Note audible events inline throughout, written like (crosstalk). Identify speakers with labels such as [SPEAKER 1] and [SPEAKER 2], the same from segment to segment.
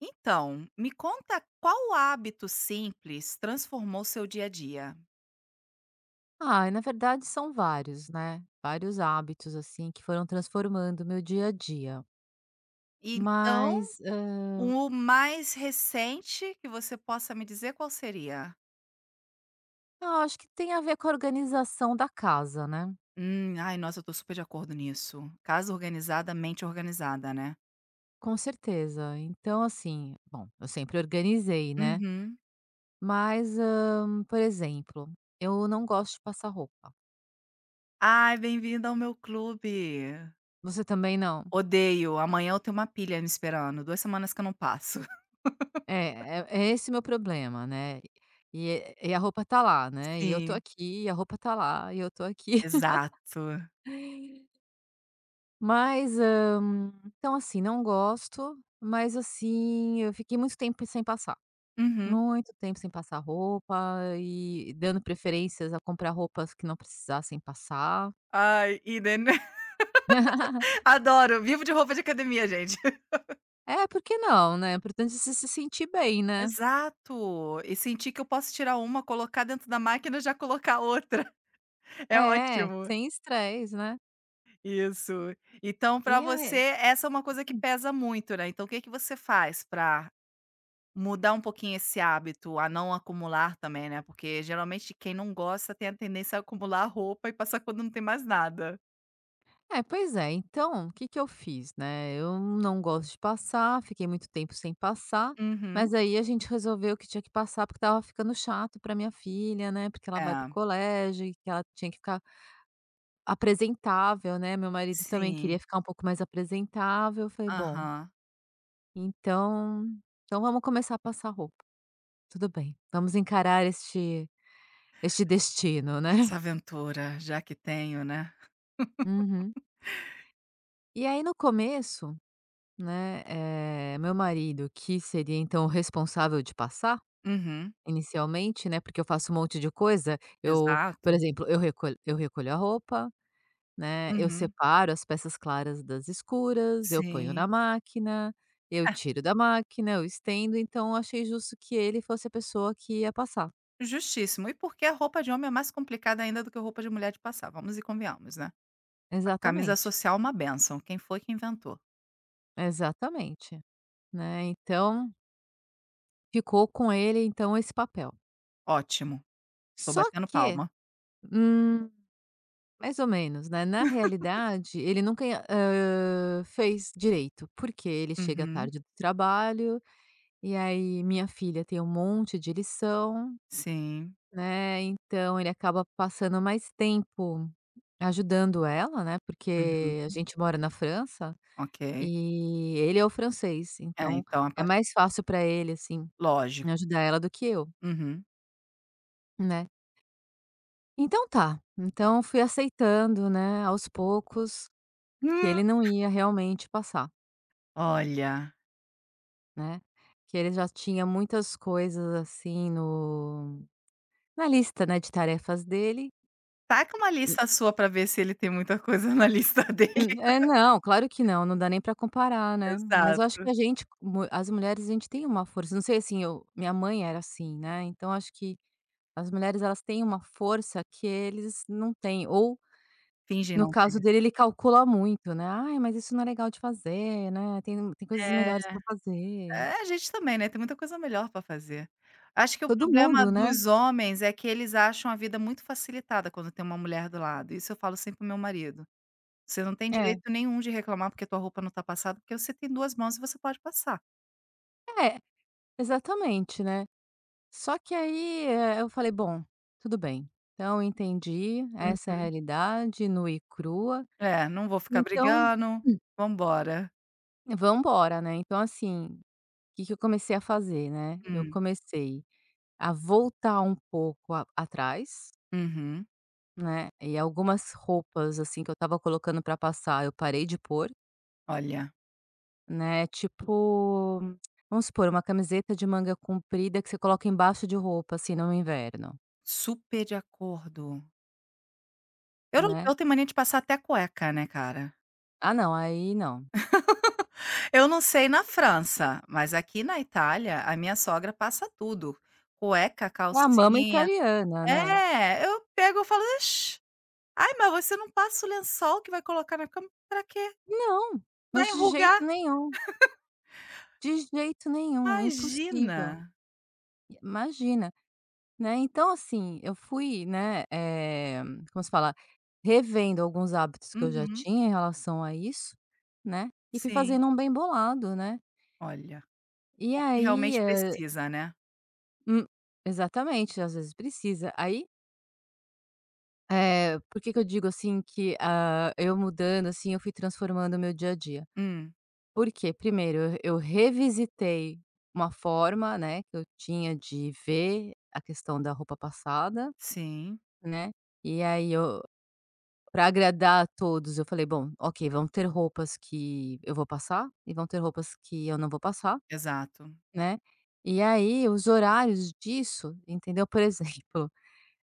[SPEAKER 1] Então, me conta qual hábito simples transformou seu dia a dia?
[SPEAKER 2] Ah, e na verdade são vários, né, vários hábitos, assim, que foram transformando o meu dia a dia.
[SPEAKER 1] Então,
[SPEAKER 2] Mas,
[SPEAKER 1] o mais recente que você possa me dizer qual seria?
[SPEAKER 2] eu acho que tem a ver com a organização da casa, né,
[SPEAKER 1] Ai, nossa, eu tô super de acordo nisso. Casa organizada, mente organizada, né?
[SPEAKER 2] com certeza. Então, assim, bom, eu sempre organizei, né,
[SPEAKER 1] Uhum.
[SPEAKER 2] mas, por exemplo, eu não gosto de passar roupa.
[SPEAKER 1] Ai, bem-vinda ao meu clube.
[SPEAKER 2] Você também não?
[SPEAKER 1] Odeio. Amanhã eu tenho uma pilha me esperando. 2 semanas que eu não passo. (laughs)
[SPEAKER 2] É é esse meu problema, né. E a roupa tá lá, né, e eu tô
[SPEAKER 1] Sim,
[SPEAKER 2] aqui, e a roupa tá lá, e eu tô aqui.
[SPEAKER 1] exato.
[SPEAKER 2] (laughs) Mas, então assim, não gosto, mas assim, eu fiquei muito tempo sem passar,
[SPEAKER 1] Uhum.
[SPEAKER 2] muito tempo sem passar roupa e dando preferências a comprar roupas que não precisassem passar.
[SPEAKER 1] Ai, Eden. (laughs)
[SPEAKER 2] (laughs)
[SPEAKER 1] Adoro. Vivo de roupa de academia, gente.
[SPEAKER 2] É, por que não, né, é importante é se sentir bem, né.
[SPEAKER 1] Exato. E sentir que eu posso tirar uma, colocar dentro da máquina, já colocar outra. (laughs) É
[SPEAKER 2] É,
[SPEAKER 1] ótimo.
[SPEAKER 2] sem estresse, né.
[SPEAKER 1] Isso. Então para
[SPEAKER 2] E
[SPEAKER 1] você,
[SPEAKER 2] é
[SPEAKER 1] essa é uma coisa que pesa muito, né. Então o que que você faz para mudar um pouquinho esse hábito a não acumular também, né, porque geralmente quem não gosta tem a tendência a acumular roupa e passar quando não tem mais nada.
[SPEAKER 2] É, pois é. Então, o que que eu fiz, né, eu não gosto de passar, fiquei muito tempo sem passar,
[SPEAKER 1] Uhum.
[SPEAKER 2] mas aí a gente resolveu que tinha que passar, porque estava ficando chato para minha filha, né, porque ela vai para o
[SPEAKER 1] É.
[SPEAKER 2] colégio e que ela tinha que ficar apresentável, né, meu marido também queria
[SPEAKER 1] Sim.
[SPEAKER 2] ficar um pouco mais apresentável, eu falei: "Bom,
[SPEAKER 1] Aham.
[SPEAKER 2] então vamos começar a passar roupa. Tudo bem, vamos encarar este destino, né".
[SPEAKER 1] Essa
[SPEAKER 2] (laughs)
[SPEAKER 1] aventura, já que tenho, né.
[SPEAKER 2] Uhum. E aí no começo, né, meu marido, que seria então o responsável de passar,
[SPEAKER 1] Uhum.
[SPEAKER 2] inicialmente, né, porque eu faço um monte de coisa, eu, por
[SPEAKER 1] Exato.
[SPEAKER 2] exemplo, eu recolho a roupa, né, eu
[SPEAKER 1] Uhum.
[SPEAKER 2] separo as peças claras das escuras, eu ponho
[SPEAKER 1] Sim.
[SPEAKER 2] na máquina, eu
[SPEAKER 1] (laughs)
[SPEAKER 2] tiro da máquina, eu estendo, então eu achei justo que ele fosse a pessoa que ia passar.
[SPEAKER 1] Justíssimo. E porque a roupa de homem é mais complicada ainda do que a roupa de mulher de passar, vamos e convenhamos, né. A camisa
[SPEAKER 2] Exatamente,
[SPEAKER 1] social é uma benção. Quem foi que inventou.
[SPEAKER 2] exatamente, né, então ficou com ele então esse papel.
[SPEAKER 1] Ótimo, tô
[SPEAKER 2] Só
[SPEAKER 1] batendo
[SPEAKER 2] que,
[SPEAKER 1] palma.
[SPEAKER 2] hum mais ou menos, né. Na realidade, ele nunca, fez direito, porque ele chega
[SPEAKER 1] Uhum,
[SPEAKER 2] tarde do trabalho, e aí minha filha tem um monte de lição,
[SPEAKER 1] sim,
[SPEAKER 2] né, então ele acaba passando mais tempo ajudando ela, né, porque a
[SPEAKER 1] uhum,
[SPEAKER 2] gente mora na França,
[SPEAKER 1] ok.
[SPEAKER 2] e ele é o francês,
[SPEAKER 1] É,
[SPEAKER 2] então
[SPEAKER 1] então a
[SPEAKER 2] é
[SPEAKER 1] parte
[SPEAKER 2] mais fácil para ele, assim,
[SPEAKER 1] lógico.
[SPEAKER 2] ajudar ela do que eu,
[SPEAKER 1] Uhum.
[SPEAKER 2] né. Então tá, então fui aceitando, né, aos poucos, que
[SPEAKER 1] Hum,
[SPEAKER 2] ele não ia realmente passar.
[SPEAKER 1] Olha,
[SPEAKER 2] Né, que ele já tinha muitas coisas, assim, no na lista, né, de tarefas dele
[SPEAKER 1] taca uma
[SPEAKER 2] e
[SPEAKER 1] lista sua pra ver se ele tem muita coisa (laughs) na lista dele.
[SPEAKER 2] É,
[SPEAKER 1] (laughs)
[SPEAKER 2] não, claro que não, não dá nem para comparar, né, mas eu acho
[SPEAKER 1] Exato,
[SPEAKER 2] que a gente mu as mulheres, a gente tem uma força, não sei, assim, eu minha mãe era assim, né, então acho que as mulheres, elas têm uma força que eles não têm, ou
[SPEAKER 1] finge
[SPEAKER 2] no
[SPEAKER 1] não
[SPEAKER 2] caso
[SPEAKER 1] ter.
[SPEAKER 2] dele, ele calcula muito, né, "Ai, mas isso não é legal de fazer, né, tem coisas
[SPEAKER 1] É.
[SPEAKER 2] melhores para fazer".
[SPEAKER 1] É, a gente também, né, tem muita coisa melhor pra fazer. Acho que o
[SPEAKER 2] Todo
[SPEAKER 1] problema
[SPEAKER 2] mundo, né.
[SPEAKER 1] dos homens é que eles acham a vida muito facilitada quando tem uma mulher do lado, isso eu falo sempre pro meu marido: "Você não tem
[SPEAKER 2] É,
[SPEAKER 1] direito nenhum de reclamar porque tua roupa não tá passada, porque você tem duas mãos e você pode passar".
[SPEAKER 2] é, exatamente, né. Só que aí, eu falei: "Bom, tudo bem, então entendi, essa
[SPEAKER 1] Hum.
[SPEAKER 2] é a realidade nua e crua,
[SPEAKER 1] É, não vou ficar
[SPEAKER 2] então
[SPEAKER 1] brigando.
[SPEAKER 2] hum,
[SPEAKER 1] Vambora.
[SPEAKER 2] vamos embora, né". Então assim, o que que eu comecei a fazer, né, eu
[SPEAKER 1] Hum,
[SPEAKER 2] comecei a voltar um pouco a atrás,
[SPEAKER 1] uhum.
[SPEAKER 2] né, e algumas roupas, assim, que eu estava colocando pra passar, eu parei de pôr,
[SPEAKER 1] Olha,
[SPEAKER 2] né, tipo, vamos supor, uma camiseta de manga comprida que você coloca embaixo de roupa, assim, no inverno,
[SPEAKER 1] super de acordo.
[SPEAKER 2] né.
[SPEAKER 1] Europeu tem mania de passar até cueca, né, cara?
[SPEAKER 2] Ah não, aí não.
[SPEAKER 1] Eu não sei na França, mas aqui na Itália, a minha sogra passa tudo. Cueca,
[SPEAKER 2] É a mama
[SPEAKER 1] calcinha.
[SPEAKER 2] italiana, né.
[SPEAKER 1] É, eu pego, e falo: "Ixi, ai, mas você não passa o lençol que vai colocar na cama, pra quê?
[SPEAKER 2] Não,
[SPEAKER 1] Vai
[SPEAKER 2] mas
[SPEAKER 1] enrugar?
[SPEAKER 2] de jeito nenhum,
[SPEAKER 1] Imagina".
[SPEAKER 2] impossível. Imagina, né. Então assim, eu fui, né, como se fala, revendo alguns hábitos que eu já
[SPEAKER 1] Uhum,
[SPEAKER 2] tinha em relação a isso, né, e fui
[SPEAKER 1] sim.
[SPEAKER 2] fazendo um bem bolado, né.
[SPEAKER 1] Olha,
[SPEAKER 2] E
[SPEAKER 1] o que
[SPEAKER 2] aí,
[SPEAKER 1] realmente
[SPEAKER 2] hã
[SPEAKER 1] precisa, né.
[SPEAKER 2] hum, exatamente, às vezes precisa. Aí, por que que eu digo assim que, ah, eu mudando, assim, eu fui transformando o meu dia a dia?
[SPEAKER 1] Hum,
[SPEAKER 2] Porque primeiro eu revisitei uma forma, né, que eu tinha de ver a questão da roupa passada,
[SPEAKER 1] sim,
[SPEAKER 2] né, e aí eu para agradar a todos eu falei: "Bom, ok, vão ter roupas que eu vou passar e vão ter roupas que eu não vou passar",
[SPEAKER 1] exato.
[SPEAKER 2] né. E aí os horários disso, entendeu? Por (laughs) exemplo,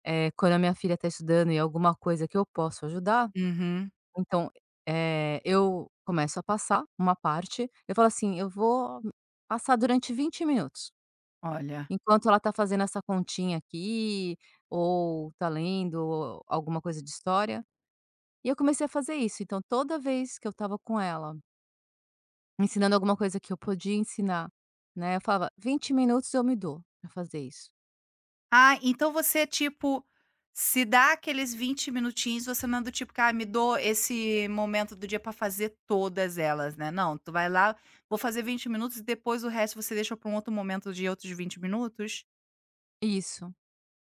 [SPEAKER 2] quando a minha filha está estudando e alguma coisa que eu posso ajudar.
[SPEAKER 1] Uhum,
[SPEAKER 2] Então, eu começo a passar uma parte, eu falo assim: "Eu vou passar durante 20 minutos,
[SPEAKER 1] olha.
[SPEAKER 2] enquanto ela tá fazendo essa continha aqui, ou tá lendo alguma coisa de história". E eu comecei a fazer isso, então toda vez que eu estava com ela, ensinando alguma coisa que eu podia ensinar, né, eu falava: 20 minutos eu me dou pra fazer isso".
[SPEAKER 1] Ah, então você, tipo, se dá aqueles 20 minutinhos, você não é do tipo que: "Ah, me dou esse momento do dia pra fazer todas elas", né. Não, tu vai lá, vou fazer 20 minutos e depois o resto você deixa pra um outro momento de outros 20 minutos?
[SPEAKER 2] Isso,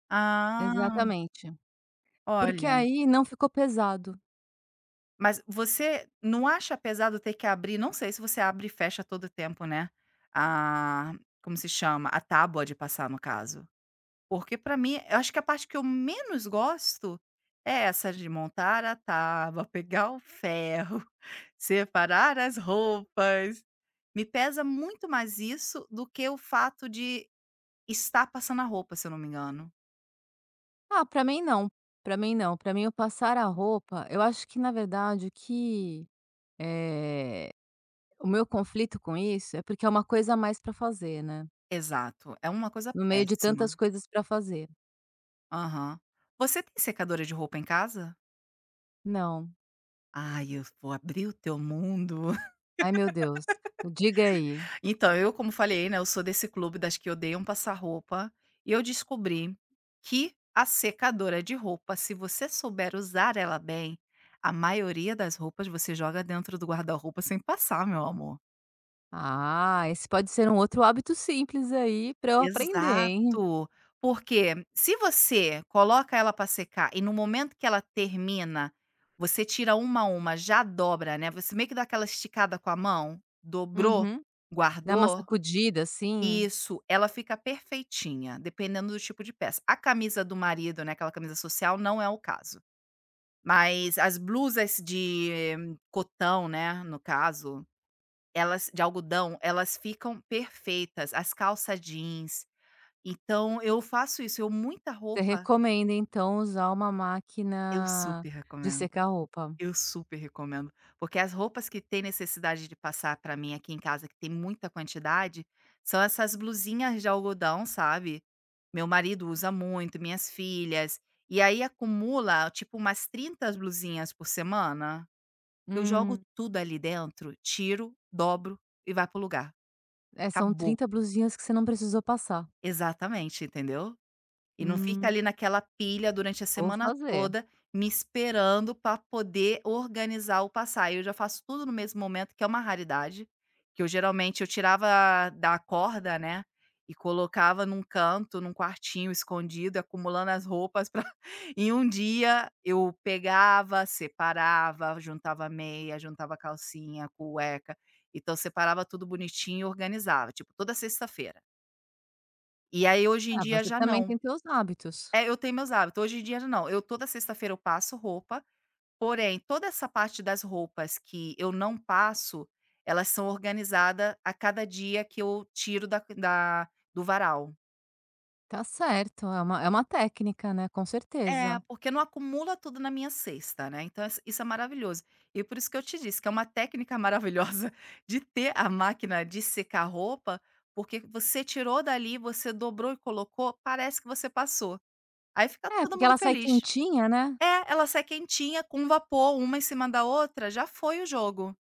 [SPEAKER 1] Ah,
[SPEAKER 2] exatamente. Porque
[SPEAKER 1] olha,
[SPEAKER 2] aí não ficou pesado.
[SPEAKER 1] mas você não acha pesado ter que abrir não sei se você abre e fecha a todo o tempo, né, a como se chama? A tábua de passar, no caso. Porque pra mim eu acho que a parte que eu menos gosto é essa de montar a tábua, pegar o ferro, (laughs) separar as roupas. Me pesa muito mais isso do que o fato de estar passando a roupa, se eu não me engano.
[SPEAKER 2] Ah, pra mim não, pra mim não. Pra mim eu passar a roupa, eu acho que na verdade o que, eh, o meu conflito com isso é porque é uma coisa a mais pra fazer, né,
[SPEAKER 1] Exato, é uma coisa
[SPEAKER 2] no meio de tantas
[SPEAKER 1] péssima.
[SPEAKER 2] coisas pra fazer.
[SPEAKER 1] Aham. Você tem secadora de roupa em casa?
[SPEAKER 2] Não.
[SPEAKER 1] Ai, eu vou abrir o teu mundo.
[SPEAKER 2] Ai meu Deus, diga aí.
[SPEAKER 1] Então, eu como falei, né, eu sou desse clube das que odeiam passar roupa, e eu descobri que a secadora de roupa, se você souber usar ela bem, a maioria das roupas você joga dentro do guarda-roupa sem passar, meu amor.
[SPEAKER 2] Ah, esse pode ser um outro hábito simples aí pra eu aprender, hein.
[SPEAKER 1] Exato. Porque se você coloca ela para secar e no momento que ela termina, você tira uma a uma, já dobra, né, você meio que dá aquela esticada com a mão, dobrou,
[SPEAKER 2] Uhum. Dar uma
[SPEAKER 1] guardou.
[SPEAKER 2] sacudida assim.
[SPEAKER 1] Isso, ela fica perfeitinha, dependendo do tipo de peça. A camisa do marido, né, aquela camisa social, não é o caso. Mas as blusas de cotão, né, no caso, elas de algodão, elas ficam perfeitas, as calça jeans. Então eu faço isso, eu muita
[SPEAKER 2] Você
[SPEAKER 1] roupa
[SPEAKER 2] recomenda então usar uma
[SPEAKER 1] eu
[SPEAKER 2] máquina
[SPEAKER 1] super
[SPEAKER 2] de
[SPEAKER 1] recomendo.
[SPEAKER 2] secar roupa.
[SPEAKER 1] Eu super recomendo, porque as roupas que tem necessidade de passar pra mim aqui em casa, que tem muita quantidade, são essas blusinhas de algodão, sabe. Meu marido usa muito, minhas filhas, e aí acumula, tipo, umas 30 blusinhas por semana. Eu jogo
[SPEAKER 2] Hum,
[SPEAKER 1] tudo ali dentro, tiro, dobro e vai pro lugar.
[SPEAKER 2] é, são
[SPEAKER 1] Acabou.
[SPEAKER 2] 30 blusinhas que você não precisou passar.
[SPEAKER 1] Exatamente, entendeu? E não fica
[SPEAKER 2] Hum,
[SPEAKER 1] ali naquela pilha durante a
[SPEAKER 2] vou
[SPEAKER 1] semana
[SPEAKER 2] fazer.
[SPEAKER 1] toda, me esperando para poder organizar o passar. Eu já faço tudo no mesmo momento, que é uma raridade, que eu geralmente eu tirava da corda, né, e colocava num canto, num quartinho escondido, acumulando as roupas pra (laughs) em um dia eu pegava, separava, juntava meia, juntava calcinha, cueca, então separava tudo bonitinho e organizava, tipo, toda sexta-feira. E aí hoje em
[SPEAKER 2] Ah,
[SPEAKER 1] dia
[SPEAKER 2] você
[SPEAKER 1] já
[SPEAKER 2] também
[SPEAKER 1] não.
[SPEAKER 2] tem seus hábitos.
[SPEAKER 1] É, eu tenho meus hábitos. Hoje em dia não, eu toda sexta-feira eu passo roupa, porém toda essa parte das roupas que eu não passo, elas são organizadas a cada dia que eu tiro da da do varal.
[SPEAKER 2] Tá certo, é uma técnica, né, com
[SPEAKER 1] É,
[SPEAKER 2] certeza.
[SPEAKER 1] porque não acumula tudo na minha cesta, né, então isso é maravilhoso. E por isso que eu te disse que é uma técnica maravilhosa (laughs) de ter a máquina de secar roupa, porque você tirou dali, você dobrou e colocou, parece que você passou. Aí fica
[SPEAKER 2] É,
[SPEAKER 1] todo
[SPEAKER 2] porque
[SPEAKER 1] mundo
[SPEAKER 2] ela sai
[SPEAKER 1] feliz.
[SPEAKER 2] quentinha, né.
[SPEAKER 1] É, ela sai quentinha com um vapor, uma em cima da outra, já foi o jogo.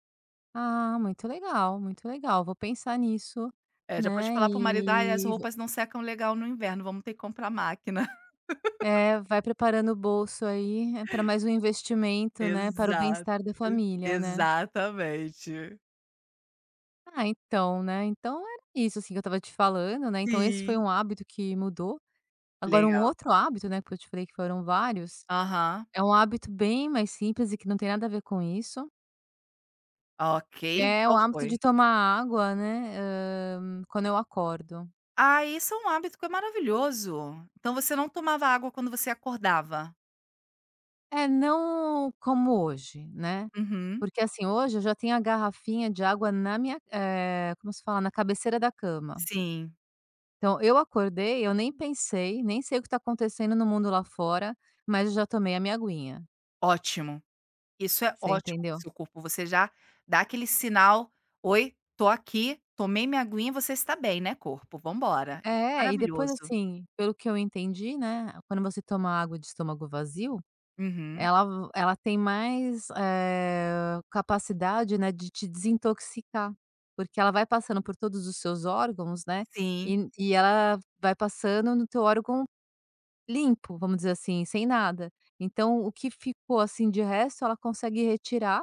[SPEAKER 2] Ah, muito legal, vou pensar nisso,
[SPEAKER 1] É. Já pode
[SPEAKER 2] né,
[SPEAKER 1] falar para o marido: "Ai, as
[SPEAKER 2] e vo
[SPEAKER 1] roupas não secam legal no inverno, vamos ter que comprar máquina". (laughs)
[SPEAKER 2] é, vai preparando o bolso aí, para mais um investimento, né, para o
[SPEAKER 1] Exato,
[SPEAKER 2] bem-estar da família, né.
[SPEAKER 1] exatamente.
[SPEAKER 2] Ah, então, né, então era isso, assim, que eu estava te falando, né, então esse foi
[SPEAKER 1] Sim,
[SPEAKER 2] um hábito que mudou. Agora um
[SPEAKER 1] legal.
[SPEAKER 2] outro hábito, né, que eu te falei que foram vários.
[SPEAKER 1] Aham.
[SPEAKER 2] É um hábito bem mais simples e que não tem nada a ver com isso,
[SPEAKER 1] Ok,
[SPEAKER 2] que é o
[SPEAKER 1] qual
[SPEAKER 2] hábito
[SPEAKER 1] foi?
[SPEAKER 2] de tomar água, né, quando eu acordo.
[SPEAKER 1] Ah, isso é um hábito que é maravilhoso. Então você não tomava água quando você acordava?
[SPEAKER 2] É, não como hoje, né,
[SPEAKER 1] Uhum.
[SPEAKER 2] porque, assim, hoje eu já tenho a garrafinha de água na minha como se fala? Na cabeceira da cama.
[SPEAKER 1] Sim,
[SPEAKER 2] Então eu acordei, eu nem pensei, nem sei o que está acontecendo no mundo lá fora, mas eu já tomei a minha aguinha,
[SPEAKER 1] ótimo. Isso é
[SPEAKER 2] você
[SPEAKER 1] ótimo para o
[SPEAKER 2] entendeu?
[SPEAKER 1] seu corpo, você já dá aquele sinal: "Oi, tô aqui, tomei minha aguinha, você está bem, né, corpo? Vambora. Isso é
[SPEAKER 2] É, e depois,
[SPEAKER 1] maravilhoso.
[SPEAKER 2] assim, pelo que eu entendi, né, quando você toma água de estômago vazio
[SPEAKER 1] Uhum.
[SPEAKER 2] ela ela tem mais, capacidade, né, de te desintoxicar, porque ela vai passando por todos os seus órgãos, né,
[SPEAKER 1] Sim.
[SPEAKER 2] e ela vai passando no teu órgão limpo, vamos dizer assim, sem nada. Então o que ficou, assim, de resto, ela consegue retirar,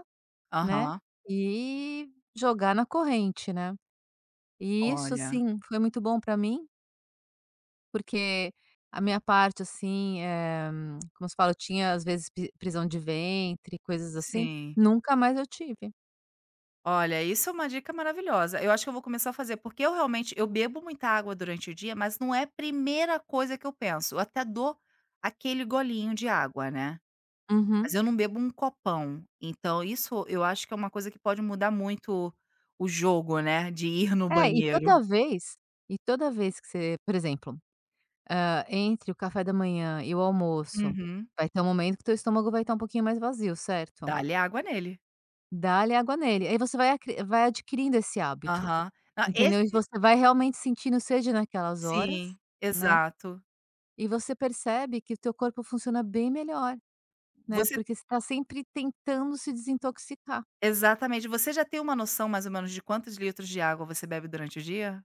[SPEAKER 2] né,
[SPEAKER 1] Aham.
[SPEAKER 2] e jogar na corrente, né. E isso,
[SPEAKER 1] Olha,
[SPEAKER 2] assim, foi muito bom para mim porque a minha parte, assim, como se fala, eu tinha às vezes pi prisão de ventre, coisas assim,
[SPEAKER 1] sim.
[SPEAKER 2] nunca mais eu tive.
[SPEAKER 1] Olha, isso é uma dica maravilhosa. Eu acho que eu vou começar a fazer, porque eu realmente eu bebo muita água durante o dia, mas não é a primeira coisa que eu penso, eu até dou aquele golinho de água, né. Mas
[SPEAKER 2] Uhum.
[SPEAKER 1] eu não bebo um copão, então isso eu acho que é uma coisa que pode mudar muito o jogo, né, de ir no
[SPEAKER 2] É, e
[SPEAKER 1] banheiro.
[SPEAKER 2] toda vez que você por exemplo, entre o café da manhã e o almoço,
[SPEAKER 1] Uhum.
[SPEAKER 2] vai ter um momento que teu estômago vai estar um pouquinho mais vazio, certo?
[SPEAKER 1] Dá-lhe água nele.
[SPEAKER 2] Dá-lhe água nele, aí você vai adquirindo esse hábito,
[SPEAKER 1] Aham. Ah,
[SPEAKER 2] entendeu? E
[SPEAKER 1] esse
[SPEAKER 2] você vai realmente sentindo sede naquelas horas,
[SPEAKER 1] sim,
[SPEAKER 2] né,
[SPEAKER 1] exato.
[SPEAKER 2] e você percebe que o teu corpo funciona bem melhor. Né,
[SPEAKER 1] Você
[SPEAKER 2] porque você tá sempre tentando se desintoxicar.
[SPEAKER 1] exatamente. Você já tem uma noção mais ou menos de quantos litros de água você bebe durante o dia?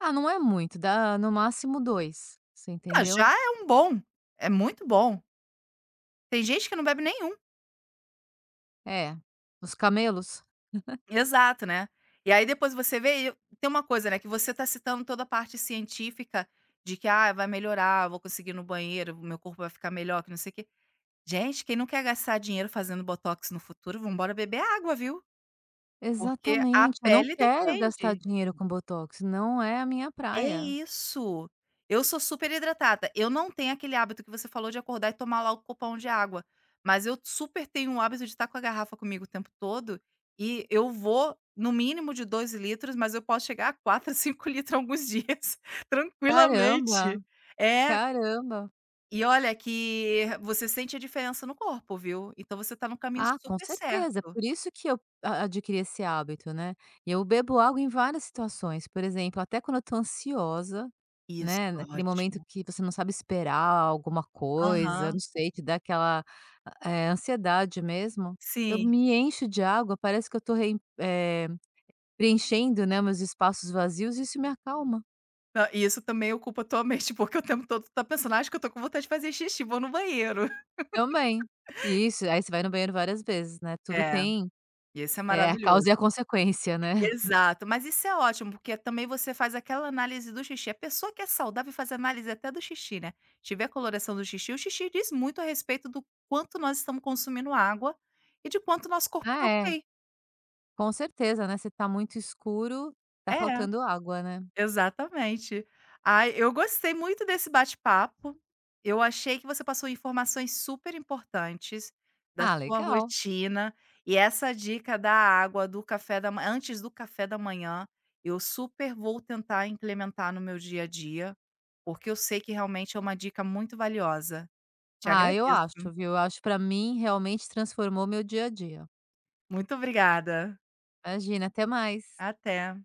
[SPEAKER 2] Ah, não é muito, dá no máximo 2 você
[SPEAKER 1] Ah,
[SPEAKER 2] entendeu?
[SPEAKER 1] já é um bom, é muito bom. Tem gente que não bebe nenhum.
[SPEAKER 2] É, os camelos?
[SPEAKER 1] Exato, né. E aí depois você vê e tem uma coisa, né, que você tá citando toda a parte científica de que: "Ah, vai melhorar, vou conseguir ir no banheiro, meu corpo vai ficar melhor, que não sei o quê". Gente, quem não quer gastar dinheiro fazendo botox no futuro, vamos embora beber água, viu. Porque a
[SPEAKER 2] Exatamente, eu não
[SPEAKER 1] pele
[SPEAKER 2] quero gastar
[SPEAKER 1] depende.
[SPEAKER 2] dinheiro com botox, não é a minha
[SPEAKER 1] É
[SPEAKER 2] praia.
[SPEAKER 1] isso. Eu sou super hidratada. Eu não tenho aquele hábito que você falou de acordar e tomar lá o copão de água, mas eu super tenho o hábito de estar com a garrafa comigo o tempo todo e eu vou no mínimo de 2 litros, mas eu posso chegar a 4, (laughs) 5 litros alguns dias, (laughs)
[SPEAKER 2] Caramba,
[SPEAKER 1] tranquilamente. É,
[SPEAKER 2] caramba.
[SPEAKER 1] e olha que você sente a diferença no corpo, viu. Então você está no caminho
[SPEAKER 2] Ah, com
[SPEAKER 1] super certo.
[SPEAKER 2] certeza, por isso que eu a adquiri esse hábito, né. E eu bebo água em várias situações, por exemplo, até quando eu tô ansiosa.
[SPEAKER 1] Isso,
[SPEAKER 2] Né, naquele momento
[SPEAKER 1] ótimo.
[SPEAKER 2] que você não sabe esperar alguma coisa, não
[SPEAKER 1] Aham,
[SPEAKER 2] sei, te dá aquela, ansiedade mesmo, eu
[SPEAKER 1] sim.
[SPEAKER 2] me encho de água, parece que eu tô preenchendo, né, meus espaços vazios e isso me acalma
[SPEAKER 1] Não, e isso também ocupa a tua mente, (laughs) porque o tempo todo tu tá pensando: "Ah, Acho que eu tô com vontade de fazer xixi, vou no banheiro".
[SPEAKER 2] também. Isso, aí você vai no banheiro várias vezes, né, tudo
[SPEAKER 1] É,
[SPEAKER 2] tem,
[SPEAKER 1] e isso é
[SPEAKER 2] a
[SPEAKER 1] maravilhoso.
[SPEAKER 2] causa e a consequência, né. (laughs)
[SPEAKER 1] Exato, mas isso é ótimo, porque também você faz aquela análise do xixi. A pessoa que é saudável faz análise até do xixi, né. Tiver a coloração do xixi, o xixi diz muito a respeito do quanto nós estamos consumindo água e de quanto nosso corpo tá
[SPEAKER 2] Ah, é,
[SPEAKER 1] ok.
[SPEAKER 2] com certeza, né, se tá muito escuro, tá
[SPEAKER 1] É.
[SPEAKER 2] faltando água, né.
[SPEAKER 1] Exatamente. Ai, eu gostei muito desse bate-papo. Eu achei que você passou informações super importantes da
[SPEAKER 2] Ah,
[SPEAKER 1] sua
[SPEAKER 2] legal.
[SPEAKER 1] rotina e essa dica da água, do café da ma antes do café da manhã, eu super vou tentar implementar no meu dia a dia, porque eu sei que realmente é uma dica muito valiosa. Te
[SPEAKER 2] Ah, eu acho,
[SPEAKER 1] agradeço.
[SPEAKER 2] viu, eu acho que pra mim realmente transformou meu dia a dia.
[SPEAKER 1] Muito obrigada.
[SPEAKER 2] Imagina, até mais.
[SPEAKER 1] Até.